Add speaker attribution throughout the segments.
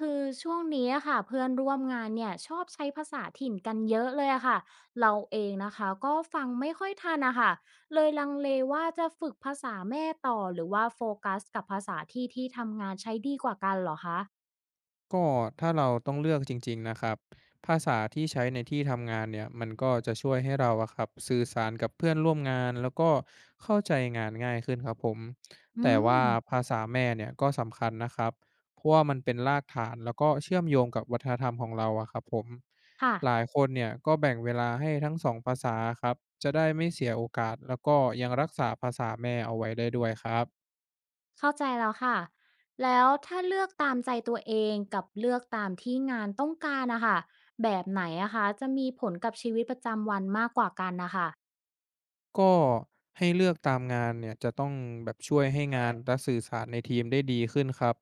Speaker 1: คือช่วงนี้อะค่ะเพื่อนร่วมงานเนี่ยชอบใช้ภาษาถิ่นกันเยอะเลยอะค่ะเราเองนะคะก็ฟังไม่ค่อยทันอะค่ะเลยลังเลว่าจะฝึกภาษาแม่ต่อหรือว่าโฟกัสกับภาษาที่ทำงานใช้ดีกว่ากันเหรอคะ
Speaker 2: ก็ถ้าเราต้องเลือกจริงๆนะครับภาษาที่ใช้ในที่ทำงานเนี่ยมันก็จะช่วยให้เราอะครับสื่อสารกับเพื่อนร่วมงานแล้วก็เข้าใจงานง่ายขึ้นครับผม
Speaker 1: อื
Speaker 2: แต่ว่า
Speaker 1: ม
Speaker 2: ภาษาแม่เนี่ยก็สำคัญนะครับเพราะว่ามันเป็นรากฐานแล้วก็เชื่อมโยงกับวัฒนธรรมของเราอะครับผม
Speaker 1: ค่ะ
Speaker 2: หลายคนเนี่ยก็แบ่งเวลาให้ทั้ง2ภาษาครับจะได้ไม่เสียโอกาสแล้วก็ยังรักษาภาษาแม่เอาไว้ได้ด้วยครับ
Speaker 1: เข้าใจแล้วค่ะแล้วถ้าเลือกตามใจตัวเองกับเลือกตามที่งานต้องการนะคะแบบไหนอะคะจะมีผลกับชีวิตประจำวันมากกว่ากันนะคะ
Speaker 2: ก็ให้เลือกตามงานเนี่ยจะต้องแบบช่วยให้งานและสื่อสารในทีมได้ดีขึ้นครับ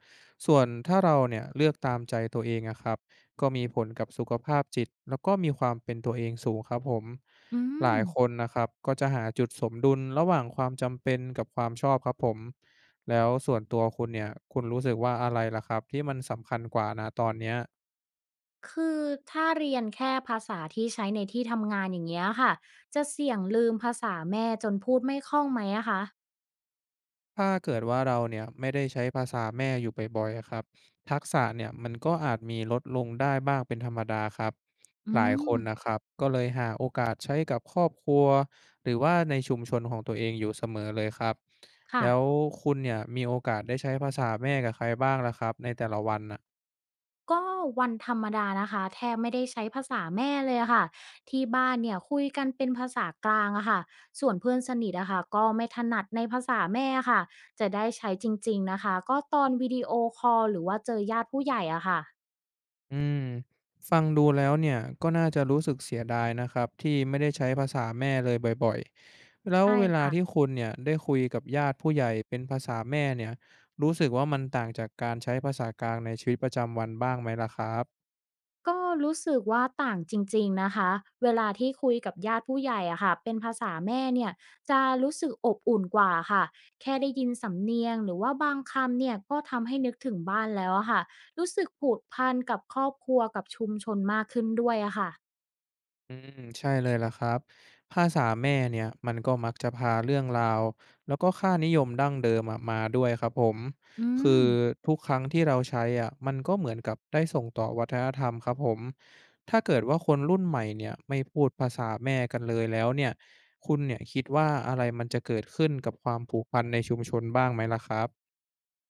Speaker 2: ส่วนถ้าเราเนี่ยเลือกตามใจตัวเองอะครับก็มีผลกับสุขภาพจิตแล้วก็มีความเป็นตัวเองสูงครับผม
Speaker 1: อื
Speaker 2: หลา
Speaker 1: ม
Speaker 2: ยคนนะครับก็จะหาจุดสมดุลระหว่างความจำเป็นกับความชอบครับผมแล้วส่วนตัวคุณเนี่ยคุณรู้สึกว่าอะไรล่ะครับที่มันสำคัญกว่านะตอนเนี้ย
Speaker 1: คือถ้าเรียนแค่ภาษาที่ใช้ในที่ทำงานอย่างเงี้ยค่ะจะเสี่ยงลืมภาษาแม่จนพูดไม่คล่องไหมอะคะ
Speaker 2: ถ้าเกิดว่าเราเนี่ยไม่ได้ใช้ภาษาแม่อยู่บ่อยๆอะครับทักษะเนี่ยมันก็อาจมีลดลงได้บ้างเป็นธรรมดาครับ
Speaker 1: อื
Speaker 2: หลาย
Speaker 1: ม
Speaker 2: คนนะครับก็เลยหาโอกาสใช้กับครอบครัวหรือว่าในชุมชนของตัวเองอยู่เสมอเลยครับ
Speaker 1: ค่ะ
Speaker 2: แล้วคุณเนี่ยมีโอกาสได้ใช้ภาษาแม่กับใครบ้างล่ะครับในแต่ละวันน่ะ
Speaker 1: ก็วันธรรมดานะคะแทบไม่ได้ใช้ภาษาแม่เลยอะค่ะที่บ้านเนี่ยคุยกันเป็นภาษากลางอะค่ะส่วนเพื่อนสนิทอะค่ะก็ไม่ถนัดในภาษาแม่อะค่ะจะได้ใช้จริงๆนะคะก็ตอนวิดีโอคอลหรือว่าเจอญาติผู้ใหญ่อะค่ะ
Speaker 2: อืมฟังดูแล้วเนี่ยก็น่าจะรู้สึกเสียดายนะครับที่ไม่ได้ใช้ภาษาแม่เลยบ่อยๆแล้ว
Speaker 1: ใช่
Speaker 2: เวลาที่
Speaker 1: ค่ะ
Speaker 2: คุณเนี่ยได้คุยกับญาติผู้ใหญ่เป็นภาษาแม่เนี่ยรู้สึกว่ามันต่างจากการใช้ภาษากลางในชีวิตประจำวันบ้างไหมล่ะครับ
Speaker 1: ก็รู้สึกว่าต่างจริงๆนะคะเวลาที่คุยกับญาติผู้ใหญ่อะค่ะเป็นภาษาแม่เนี่ยจะรู้สึกอบอุ่นกว่าค่ะแค่ได้ยินสำเนียงหรือว่าบางคำเนี่ยก็ทำให้นึกถึงบ้านแล้วอะค่ะรู้สึกผูกพันกับครอบครัวกับชุมชนมากขึ้นด้วยอะค่ะ
Speaker 2: อืมใช่เลยล่ะครับภาษาแม่เนี่ยมันก็มักจะพาเรื่องราวแล้วก็ค่านิยมดั้งเดิมอะมาด้วยครับผม
Speaker 1: อื
Speaker 2: คื
Speaker 1: ม
Speaker 2: อทุกครั้งที่เราใช้อ่ะมันก็เหมือนกับได้ส่งต่อวัฒนธรรมครับผมถ้าเกิดว่าคนรุ่นใหม่เนี่ยไม่พูดภาษาแม่กันเลยแล้วเนี่ยคุณเนี่ยคิดว่าอะไรมันจะเกิดขึ้นกับความผูกพันในชุมชนบ้างไหมล่ะครับ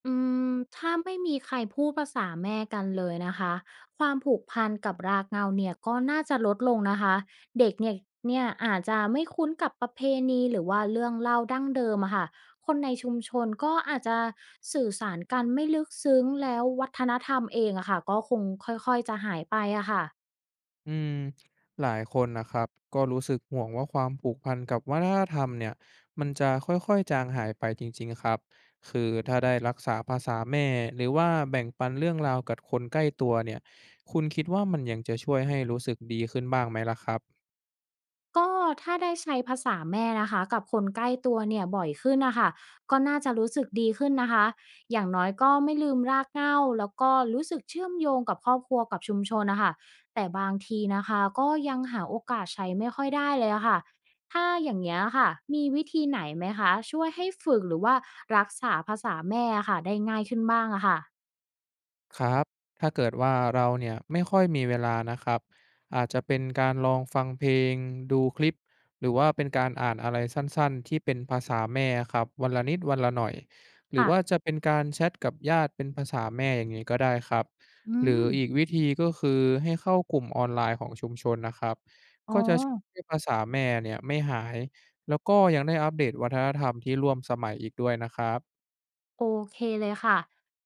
Speaker 1: อืมถ้าไม่มีใครพูดภาษาแม่กันเลยนะคะความผูกพันกับรากเหง้าเนี่ยก็น่าจะลดลงนะคะเด็กเนี่ยอาจจะไม่คุ้นกับประเพณีหรือว่าเรื่องเล่าดั้งเดิมอะค่ะคนในชุมชนก็อาจจะสื่อสารกันไม่ลึกซึ้งแล้ววัฒนธรรมเองอะค่ะก็คงค่อยๆจะหายไปอะค่ะ
Speaker 2: อืมหลายคนนะครับก็รู้สึกห่วงว่าความผูกพันกับวัฒนธรรมเนี่ยมันจะค่อยๆจางหายไปจริงๆครับคือถ้าได้รักษาภาษาแม่หรือว่าแบ่งปันเรื่องราวกับคนใกล้ตัวเนี่ยคุณคิดว่ามันยังจะช่วยให้รู้สึกดีขึ้นบ้างไหมล่ะครับ
Speaker 1: ก็ถ้าได้ใช้ภาษาแม่นะคะกับคนใกล้ตัวเนี่ยบ่อยขึ้นนะคะก็น่าจะรู้สึกดีขึ้นนะคะอย่างน้อยก็ไม่ลืมรากเหง้าแล้วก็รู้สึกเชื่อมโยงกับครอบครัวกับชุมชนนะคะแต่บางทีนะคะก็ยังหาโอกาสใช้ไม่ค่อยได้เลยอะค่ะถ้าอย่างเงี้ยค่ะมีวิธีไหนไหมคะช่วยให้ฝึกหรือว่ารักษาภาษาแม่อค่ะได้ง่ายขึ้นบ้างอะค่ะ
Speaker 2: ครับถ้าเกิดว่าเราเนี่ยไม่ค่อยมีเวลานะครับอาจจะเป็นการลองฟังเพลงดูคลิปหรือว่าเป็นการอ่านอะไรสั้นๆที่เป็นภาษาแม่ครับวันละนิดวันละหน่อยหรือ
Speaker 1: ค่ะ
Speaker 2: ว่าจะเป็นการแชทกับญาติเป็นภาษาแม่อย่างนี้ก็ได้ครับ
Speaker 1: อื
Speaker 2: หรื
Speaker 1: ม
Speaker 2: ออีกวิธีก็คือให้เข้ากลุ่มออนไลน์ของชุมชนนะครับ
Speaker 1: อ๋อ
Speaker 2: ก็จะช่วยให้ภาษาแม่เนี่ยไม่หายแล้วก็ยังได้อัปเดตวัฒนธรรมที่ร่วมสมัยอีกด้วยนะครับ
Speaker 1: โอเคเลยค่ะ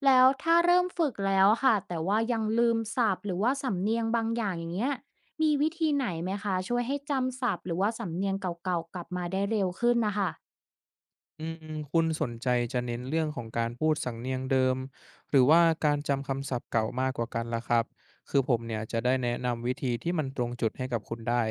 Speaker 1: แล้วถ้าเริ่มฝึกแล้วค่ะแต่ว่ายังลืมศัพท์หรือว่าสำเนียงบางอย่างอย่างเงี้ยมีวิธีไหนไหมคะช่วยให้จำศัพท์หรือว่าสำเนียงเก่าๆกลับมาได้เร็วขึ้นนะคะ
Speaker 2: อืมคุณสนใจจะเน้นเรื่องของการพูดสำเนียงเดิมหรือว่าการจำคำศัพท์เก่ามากกว่ากันล่ะครับคือผมเนี่ยจะได้แนะนำวิธีที่มันตรงจุดให้กับคุณได้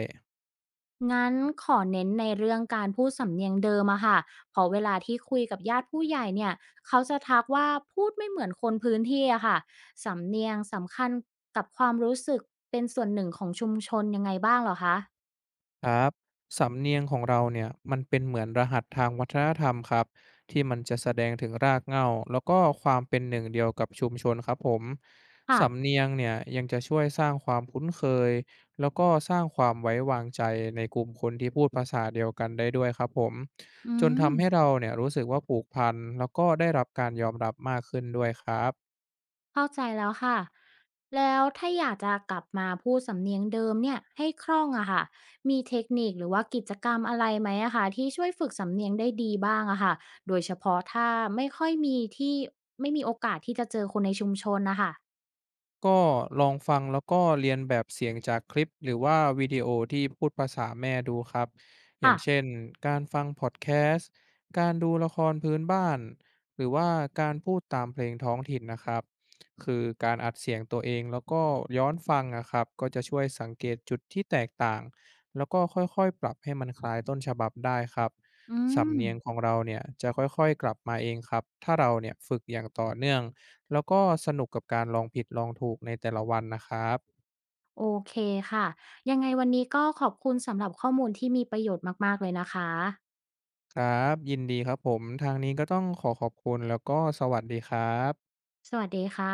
Speaker 1: งั้นขอเน้นในเรื่องการพูดสำเนียงเดิมอะค่ะเพอเวลาที่คุยกับญาติผู้ใหญ่เนี่ยเขาจะทักว่าพูดไม่เหมือนคนพื้นที่อะค่ะสำเนียงสำคัญกับความรู้สึกเป็นส่วนหนึ่งของชุมชนยังไงบ้างเหรอคะ
Speaker 2: ครับสำเนียงของเราเนี่ยมันเป็นเหมือนรหัสทางวัฒนธรรมครับที่มันจะแสดงถึงรากเหง้าแล้วก็ความเป็นหนึ่งเดียวกับชุมชนครับผม
Speaker 1: ค่ะ
Speaker 2: สำเนียงเนี่ยยังจะช่วยสร้างความคุ้นเคยแล้วก็สร้างความไว้วางใจในกลุ่มคนที่พูดภาษาเดียวกันได้ด้วยครับผม
Speaker 1: อื
Speaker 2: จน
Speaker 1: ม
Speaker 2: ทำให้เราเนี่ยรู้สึกว่าผูกพันแล้วก็ได้รับการยอมรับมากขึ้นด้วยครับ
Speaker 1: เข้าใจแล้วค่ะ แล้วถ้าอยากจะกลับมาพูดสำเนียงเดิมเนี่ยให้คล่องอะค่ะมีเทคนิคหรือว่ากิจกรรมอะไรไหมอะค่ะที่ช่วยฝึกสำเนียงได้ดีบ้างอะค่ะโดยเฉพาะถ้าไม่ค่อยมีที่ไม่มีโอกาสที่จะเจอคนในชุมชนนะคะ
Speaker 2: ก็ลองฟังแล้วก็เรียนแบบเสียงจากคลิปหรือว่าวิดีโอที่พูดภาษาแม่ดูครับอย่า
Speaker 1: ค่ะ
Speaker 2: งเช่นการฟังพอดแคสต์การดูละครพื้นบ้านหรือว่าการพูดตามเพลงท้องถิ่นนะครับคือการอัดเสียงตัวเองแล้วก็ย้อนฟังนะครับก็จะช่วยสังเกตจุดที่แตกต่างแล้วก็ค่อยๆปรับให้มันคล้ายต้นฉบับได้ครับ
Speaker 1: อืม
Speaker 2: สำเนียงของเราเนี่ยจะค่อยๆกลับมาเองครับถ้าเราเนี่ยฝึกอย่างต่อเนื่อง แล้วก็สนุกกับการลองผิดลองถูกในแต่ละวันนะครับ
Speaker 1: โอเคค่ะยังไงวันนี้ก็ขอบคุณสำหรับข้อมูลที่มีประโยชน์มากๆเลยนะคะ
Speaker 2: ครับยินดีครับผมทางนี้ก็ต้องขอขอบคุณแล้วก็สวัสดีครับ
Speaker 1: สวัสดีค่ะ